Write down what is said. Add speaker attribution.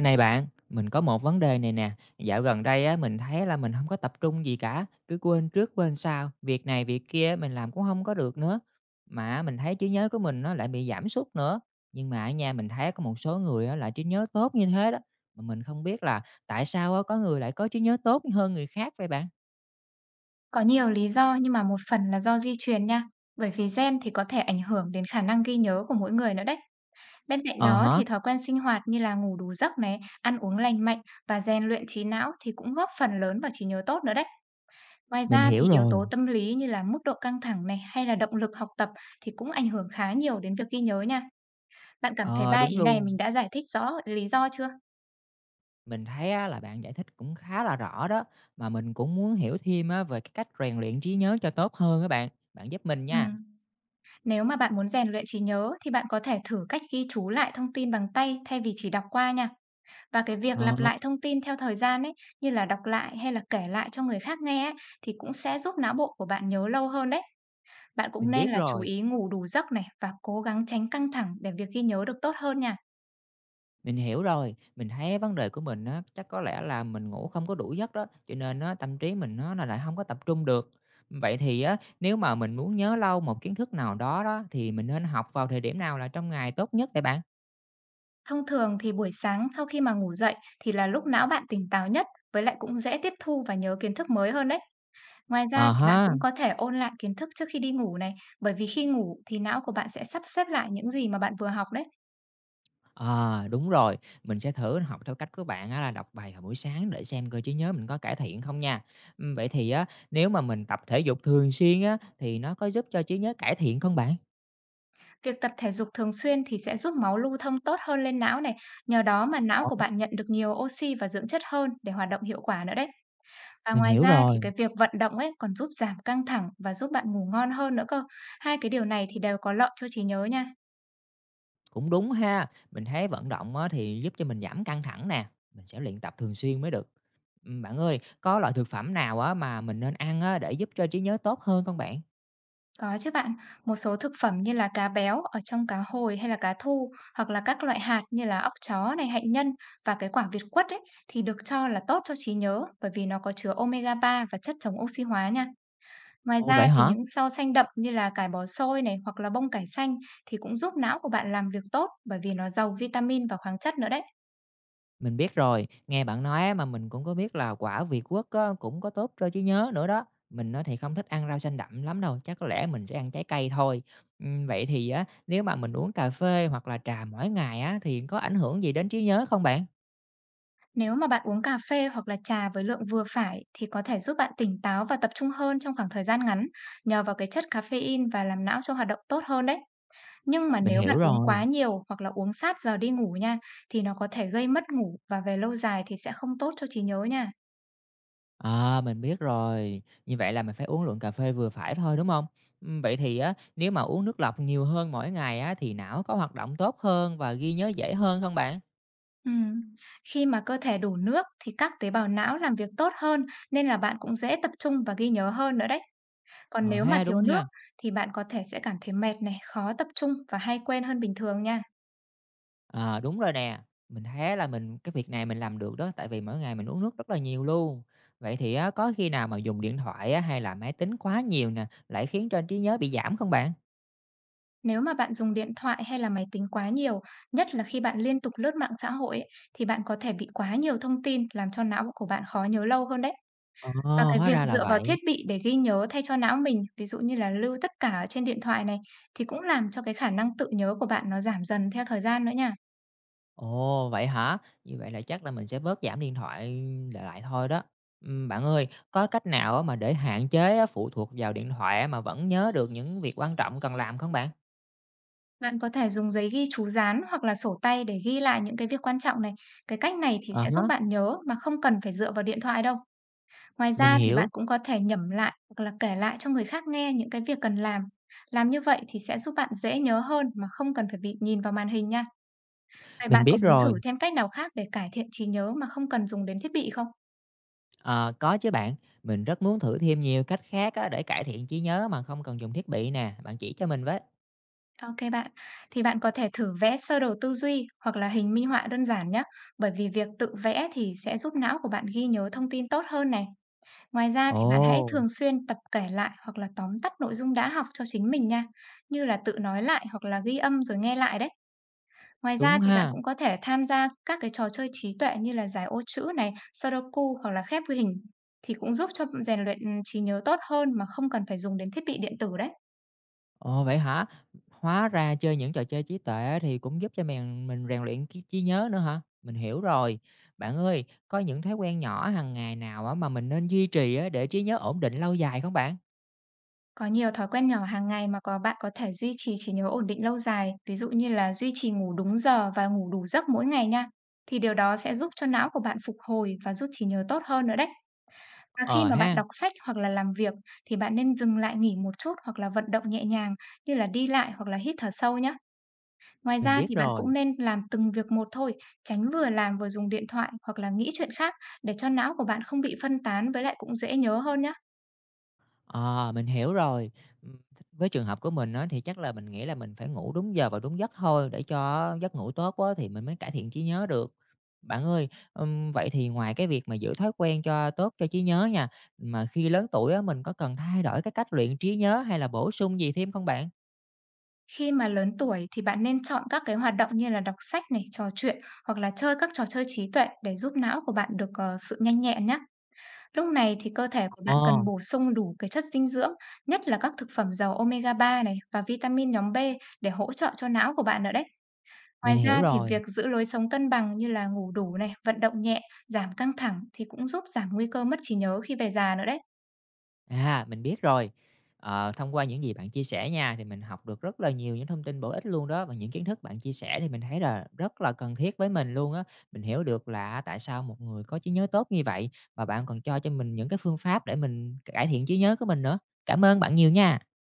Speaker 1: Này bạn, mình có một vấn đề này nè, dạo gần đây á mình thấy là mình không có tập trung gì cả, cứ quên trước quên sau, việc này việc kia mình làm cũng không có được nữa. Mà mình thấy trí nhớ của mình nó lại bị giảm sút nữa, nhưng mà ở nhà mình thấy có một số người á lại trí nhớ tốt như thế đó, mà mình không biết là tại sao á có người lại có trí nhớ tốt hơn người khác vậy bạn?
Speaker 2: Có nhiều lý do nhưng mà một phần là do di truyền nha, bởi vì gen thì có thể ảnh hưởng đến khả năng ghi nhớ của mỗi người nữa đấy. Bên cạnh
Speaker 1: Ờ
Speaker 2: đó
Speaker 1: hả,
Speaker 2: thì thói quen sinh hoạt như là ngủ đủ giấc này, ăn uống lành mạnh và rèn luyện trí não thì cũng góp phần lớn vào trí nhớ tốt nữa đấy. Ngoài
Speaker 1: mình
Speaker 2: ra thì
Speaker 1: hiểu
Speaker 2: yếu
Speaker 1: rồi,
Speaker 2: tố tâm lý như là mức độ căng thẳng này hay là động lực học tập thì cũng ảnh hưởng khá nhiều đến việc ghi nhớ nha. Bạn cảm thấy
Speaker 1: ờ,
Speaker 2: ba
Speaker 1: đúng
Speaker 2: ý này mình
Speaker 1: luôn.
Speaker 2: đã giải thích rõ lý do chưa?
Speaker 1: Mình thấy á, là bạn giải thích cũng khá là rõ đó, mà mình cũng muốn hiểu thêm á, về cái cách rèn luyện trí nhớ cho tốt hơn các bạn. Bạn giúp mình
Speaker 2: Ừ.
Speaker 1: nha.
Speaker 2: Nếu mà bạn muốn rèn luyện trí nhớ thì bạn có thể thử cách ghi chú lại thông tin bằng tay thay vì chỉ đọc qua nha. Và cái việc
Speaker 1: Ờ,
Speaker 2: lặp lại thông tin theo thời gian ấy, như là đọc lại hay là kể lại cho người khác nghe ấy, thì cũng sẽ giúp não bộ của bạn nhớ lâu hơn đấy. Bạn cũng
Speaker 1: mình
Speaker 2: nên
Speaker 1: biết
Speaker 2: là chú
Speaker 1: rồi,
Speaker 2: ý ngủ đủ giấc này và cố gắng tránh căng thẳng để việc ghi nhớ được tốt hơn nha.
Speaker 1: mình hiểu rồi. Mình thấy vấn đề của mình á, chắc có lẽ là mình ngủ không có đủ giấc đó, cho nên á, tâm trí mình nó là lại không có tập trung được. Vậy thì á, nếu mà mình muốn nhớ lâu một kiến thức nào đó đó, thì mình nên học vào thời điểm nào là trong ngày tốt nhất vậy bạn?
Speaker 2: Thông thường thì buổi sáng sau khi mà ngủ dậy thì là lúc não bạn tỉnh táo nhất, với lại cũng dễ tiếp thu và nhớ kiến thức mới hơn đấy. Ngoài ra
Speaker 1: Ờ
Speaker 2: thì bạn
Speaker 1: ha.
Speaker 2: cũng có thể ôn lại kiến thức trước khi đi ngủ này, bởi vì khi ngủ thì não của bạn sẽ sắp xếp lại những gì mà bạn vừa học đấy.
Speaker 1: À, đúng rồi, mình sẽ thử học theo cách của bạn á là đọc bài vào buổi sáng để xem cơ trí nhớ mình có cải thiện không nha. Vậy thì á, nếu mà mình tập thể dục thường xuyên á thì nó có giúp cho trí nhớ cải thiện không bạn?
Speaker 2: Việc tập thể dục thường xuyên thì sẽ giúp máu lưu thông tốt hơn lên não này, nhờ đó mà não
Speaker 1: Ồ,
Speaker 2: của bạn nhận được nhiều oxy và dưỡng chất hơn để hoạt động hiệu quả nữa đấy. Và
Speaker 1: mình
Speaker 2: ngoài
Speaker 1: hiểu
Speaker 2: ra thì
Speaker 1: rồi,
Speaker 2: cái việc vận động ấy còn giúp giảm căng thẳng và giúp bạn ngủ ngon hơn nữa cơ. Hai cái điều này thì đều có lợi cho trí nhớ nha.
Speaker 1: cũng đúng ha. Mình thấy vận động á thì giúp cho mình giảm căng thẳng nè, mình sẽ luyện tập thường xuyên mới được. Bạn ơi, có loại thực phẩm nào á mà mình nên ăn á để giúp cho trí nhớ tốt hơn không bạn?
Speaker 2: Có chứ bạn, một số thực phẩm như là cá béo ở trong cá hồi hay là cá thu hoặc là các loại hạt như là óc chó này, hạnh nhân và cái quả việt quất ấy thì được cho là tốt cho trí nhớ bởi vì nó có chứa omega 3 và chất chống oxy hóa nha. Ngoài
Speaker 1: Ồ vậy
Speaker 2: ra thì
Speaker 1: hả?
Speaker 2: những rau xanh đậm như là cải bó xôi này hoặc là bông cải xanh thì cũng giúp não của bạn làm việc tốt bởi vì nó giàu vitamin và khoáng chất nữa đấy.
Speaker 1: Mình biết rồi, nghe bạn nói á, mà mình cũng có biết là quả việt quất á, cũng có tốt cho trí nhớ nữa đó. Mình á, thì không thích ăn rau xanh đậm lắm đâu, chắc có lẽ mình sẽ ăn trái cây thôi. Vậy thì á, nếu mà mình uống cà phê hoặc là trà mỗi ngày á, thì có ảnh hưởng gì đến trí nhớ không bạn?
Speaker 2: Nếu mà bạn uống cà phê hoặc là trà với lượng vừa phải thì có thể giúp bạn tỉnh táo và tập trung hơn trong khoảng thời gian ngắn nhờ vào cái chất caffeine và làm não cho hoạt động tốt hơn đấy. Nhưng mà
Speaker 1: Mình
Speaker 2: nếu
Speaker 1: hiểu
Speaker 2: bạn uống
Speaker 1: rồi.
Speaker 2: quá nhiều hoặc là uống sát giờ đi ngủ nha thì nó có thể gây mất ngủ và về lâu dài thì sẽ không tốt cho trí nhớ nha.
Speaker 1: À, mình biết rồi. Như vậy là mình phải uống lượng cà phê vừa phải thôi đúng không? Vậy thì á, nếu mà uống nước lọc nhiều hơn mỗi ngày á, thì não có hoạt động tốt hơn và ghi nhớ dễ hơn không bạn?
Speaker 2: Ừm, khi mà cơ thể đủ nước thì các tế bào não làm việc tốt hơn nên là bạn cũng dễ tập trung và ghi nhớ hơn nữa đấy. Còn
Speaker 1: Ờ
Speaker 2: nếu mà
Speaker 1: ha,
Speaker 2: thiếu
Speaker 1: đúng
Speaker 2: nước
Speaker 1: ha.
Speaker 2: thì bạn có thể sẽ cảm thấy mệt này, khó tập trung và hay quên hơn bình thường nha.
Speaker 1: Ờ, đúng rồi nè, mình thấy là mình cái việc này mình làm được đó, tại vì mỗi ngày mình uống nước rất là nhiều luôn. Vậy thì á, có khi nào mà dùng điện thoại á, hay là máy tính quá nhiều nè, lại khiến cho trí nhớ bị giảm không bạn?
Speaker 2: Nếu mà bạn dùng điện thoại hay là máy tính quá nhiều, nhất là khi bạn liên tục lướt mạng xã hội ấy, thì bạn có thể bị quá nhiều thông tin làm cho não của bạn khó nhớ lâu hơn đấy.
Speaker 1: Ờ,
Speaker 2: Và cái
Speaker 1: hóa
Speaker 2: việc
Speaker 1: ra là
Speaker 2: dựa vào
Speaker 1: vậy.
Speaker 2: thiết bị để ghi nhớ thay cho não mình, ví dụ như là lưu tất cả ở trên điện thoại này, thì cũng làm cho cái khả năng tự nhớ của bạn nó giảm dần theo thời gian nữa nha.
Speaker 1: Ồ, vậy hả? Như vậy là chắc là mình sẽ bớt giảm điện thoại lại lại thôi đó. Bạn ơi, có cách nào á mà để hạn chế á, phụ thuộc vào điện thoại á, mà vẫn nhớ được những việc quan trọng cần làm không bạn?
Speaker 2: Bạn có thể dùng giấy ghi chú dán hoặc là sổ tay để ghi lại những cái việc quan trọng này. Cái cách này thì
Speaker 1: Ờ,
Speaker 2: sẽ
Speaker 1: hả,
Speaker 2: giúp bạn nhớ mà không cần phải dựa vào điện thoại đâu. Ngoài
Speaker 1: mình
Speaker 2: ra thì
Speaker 1: hiểu,
Speaker 2: bạn cũng có thể nhẩm lại hoặc là kể lại cho người khác nghe những cái việc cần làm. Làm như vậy thì sẽ giúp bạn dễ nhớ hơn mà không cần phải bị nhìn vào màn hình nha. Vậy
Speaker 1: mình
Speaker 2: bạn có
Speaker 1: biết
Speaker 2: muốn
Speaker 1: rồi.
Speaker 2: thử thêm cách nào khác để cải thiện trí nhớ mà không cần dùng đến thiết bị không?
Speaker 1: Ờ, có chứ bạn, mình rất muốn thử thêm nhiều cách khác á để cải thiện trí nhớ mà không cần dùng thiết bị nè, bạn chỉ cho mình với.
Speaker 2: Ok bạn, thì bạn có thể thử vẽ sơ đồ tư duy hoặc là hình minh họa đơn giản nhé, bởi vì việc tự vẽ thì sẽ giúp não của bạn ghi nhớ thông tin tốt hơn này. Ngoài ra thì bạn hãy
Speaker 1: Ồ,
Speaker 2: thường xuyên tập kể lại hoặc là tóm tắt nội dung đã học cho chính mình nha, như là tự nói lại hoặc là ghi âm rồi nghe lại đấy. Ngoài ra
Speaker 1: đúng
Speaker 2: thì bạn
Speaker 1: ha.
Speaker 2: cũng có thể tham gia các cái trò chơi trí tuệ như là giải ô chữ này, Sudoku hoặc là khép ghi hình thì cũng giúp cho rèn luyện trí nhớ tốt hơn mà không cần phải dùng đến thiết bị điện tử đấy.
Speaker 1: Ồ vậy hả? Hóa ra chơi những trò chơi trí tuệ thì cũng giúp cho mình rèn luyện cái trí nhớ nữa hả? Mình hiểu rồi. Bạn ơi, có những thói quen nhỏ hàng ngày nào á mà mình nên duy trì á để trí nhớ ổn định lâu dài không bạn?
Speaker 2: Có nhiều thói quen nhỏ hàng ngày mà có bạn có thể duy trì trí nhớ ổn định lâu dài, ví dụ như là duy trì ngủ đúng giờ và ngủ đủ giấc mỗi ngày nha. Thì điều đó sẽ giúp cho não của bạn phục hồi và giúp trí nhớ tốt hơn nữa đấy. À, khi
Speaker 1: Ờ
Speaker 2: mà bạn
Speaker 1: ha,
Speaker 2: đọc sách hoặc là làm việc thì bạn nên dừng lại nghỉ một chút hoặc là vận động nhẹ nhàng như là đi lại hoặc là hít thở sâu nhé. Ngoài
Speaker 1: mình
Speaker 2: ra
Speaker 1: biết
Speaker 2: thì bạn
Speaker 1: rồi.
Speaker 2: cũng nên làm từng việc một thôi, tránh vừa làm vừa dùng điện thoại hoặc là nghĩ chuyện khác để cho não của bạn không bị phân tán với lại cũng dễ nhớ hơn nhé.
Speaker 1: À, mình hiểu rồi. Ừm, với trường hợp của mình á, thì chắc là mình nghĩ là mình phải ngủ đúng giờ và đúng giấc thôi, để cho giấc ngủ tốt quá thì mình mới cải thiện trí nhớ được. Bạn ơi, vậy thì ngoài cái việc mà giữ thói quen cho tốt cho trí nhớ nha, mà khi lớn tuổi á, mình có cần thay đổi cái cách luyện trí nhớ hay là bổ sung gì thêm không bạn?
Speaker 2: Khi mà lớn tuổi thì bạn nên chọn các cái hoạt động như là đọc sách này, trò chuyện hoặc là chơi các trò chơi trí tuệ để giúp não của bạn được sự nhanh nhẹn nhé. Lúc này thì cơ thể của bạn
Speaker 1: Ờ,
Speaker 2: cần bổ sung đủ cái chất dinh dưỡng, nhất là các thực phẩm giàu omega 3 này và vitamin nhóm B để hỗ trợ cho não của bạn nữa đấy. Ngoài
Speaker 1: mình hiểu
Speaker 2: ra thì
Speaker 1: rồi.
Speaker 2: việc giữ lối sống cân bằng như là ngủ đủ này, vận động nhẹ, giảm căng thẳng thì cũng giúp giảm nguy cơ mất trí nhớ khi về già nữa đấy.
Speaker 1: À, mình biết rồi. Ờ, thông qua những gì bạn chia sẻ nha, thì mình học được rất là nhiều những thông tin bổ ích luôn đó, và những kiến thức bạn chia sẻ thì mình thấy là rất là cần thiết với mình luôn á. Mình hiểu được là tại sao một người có trí nhớ tốt như vậy, và bạn còn cho mình những cái phương pháp để mình cải thiện trí nhớ của mình nữa. Cảm ơn bạn nhiều nha.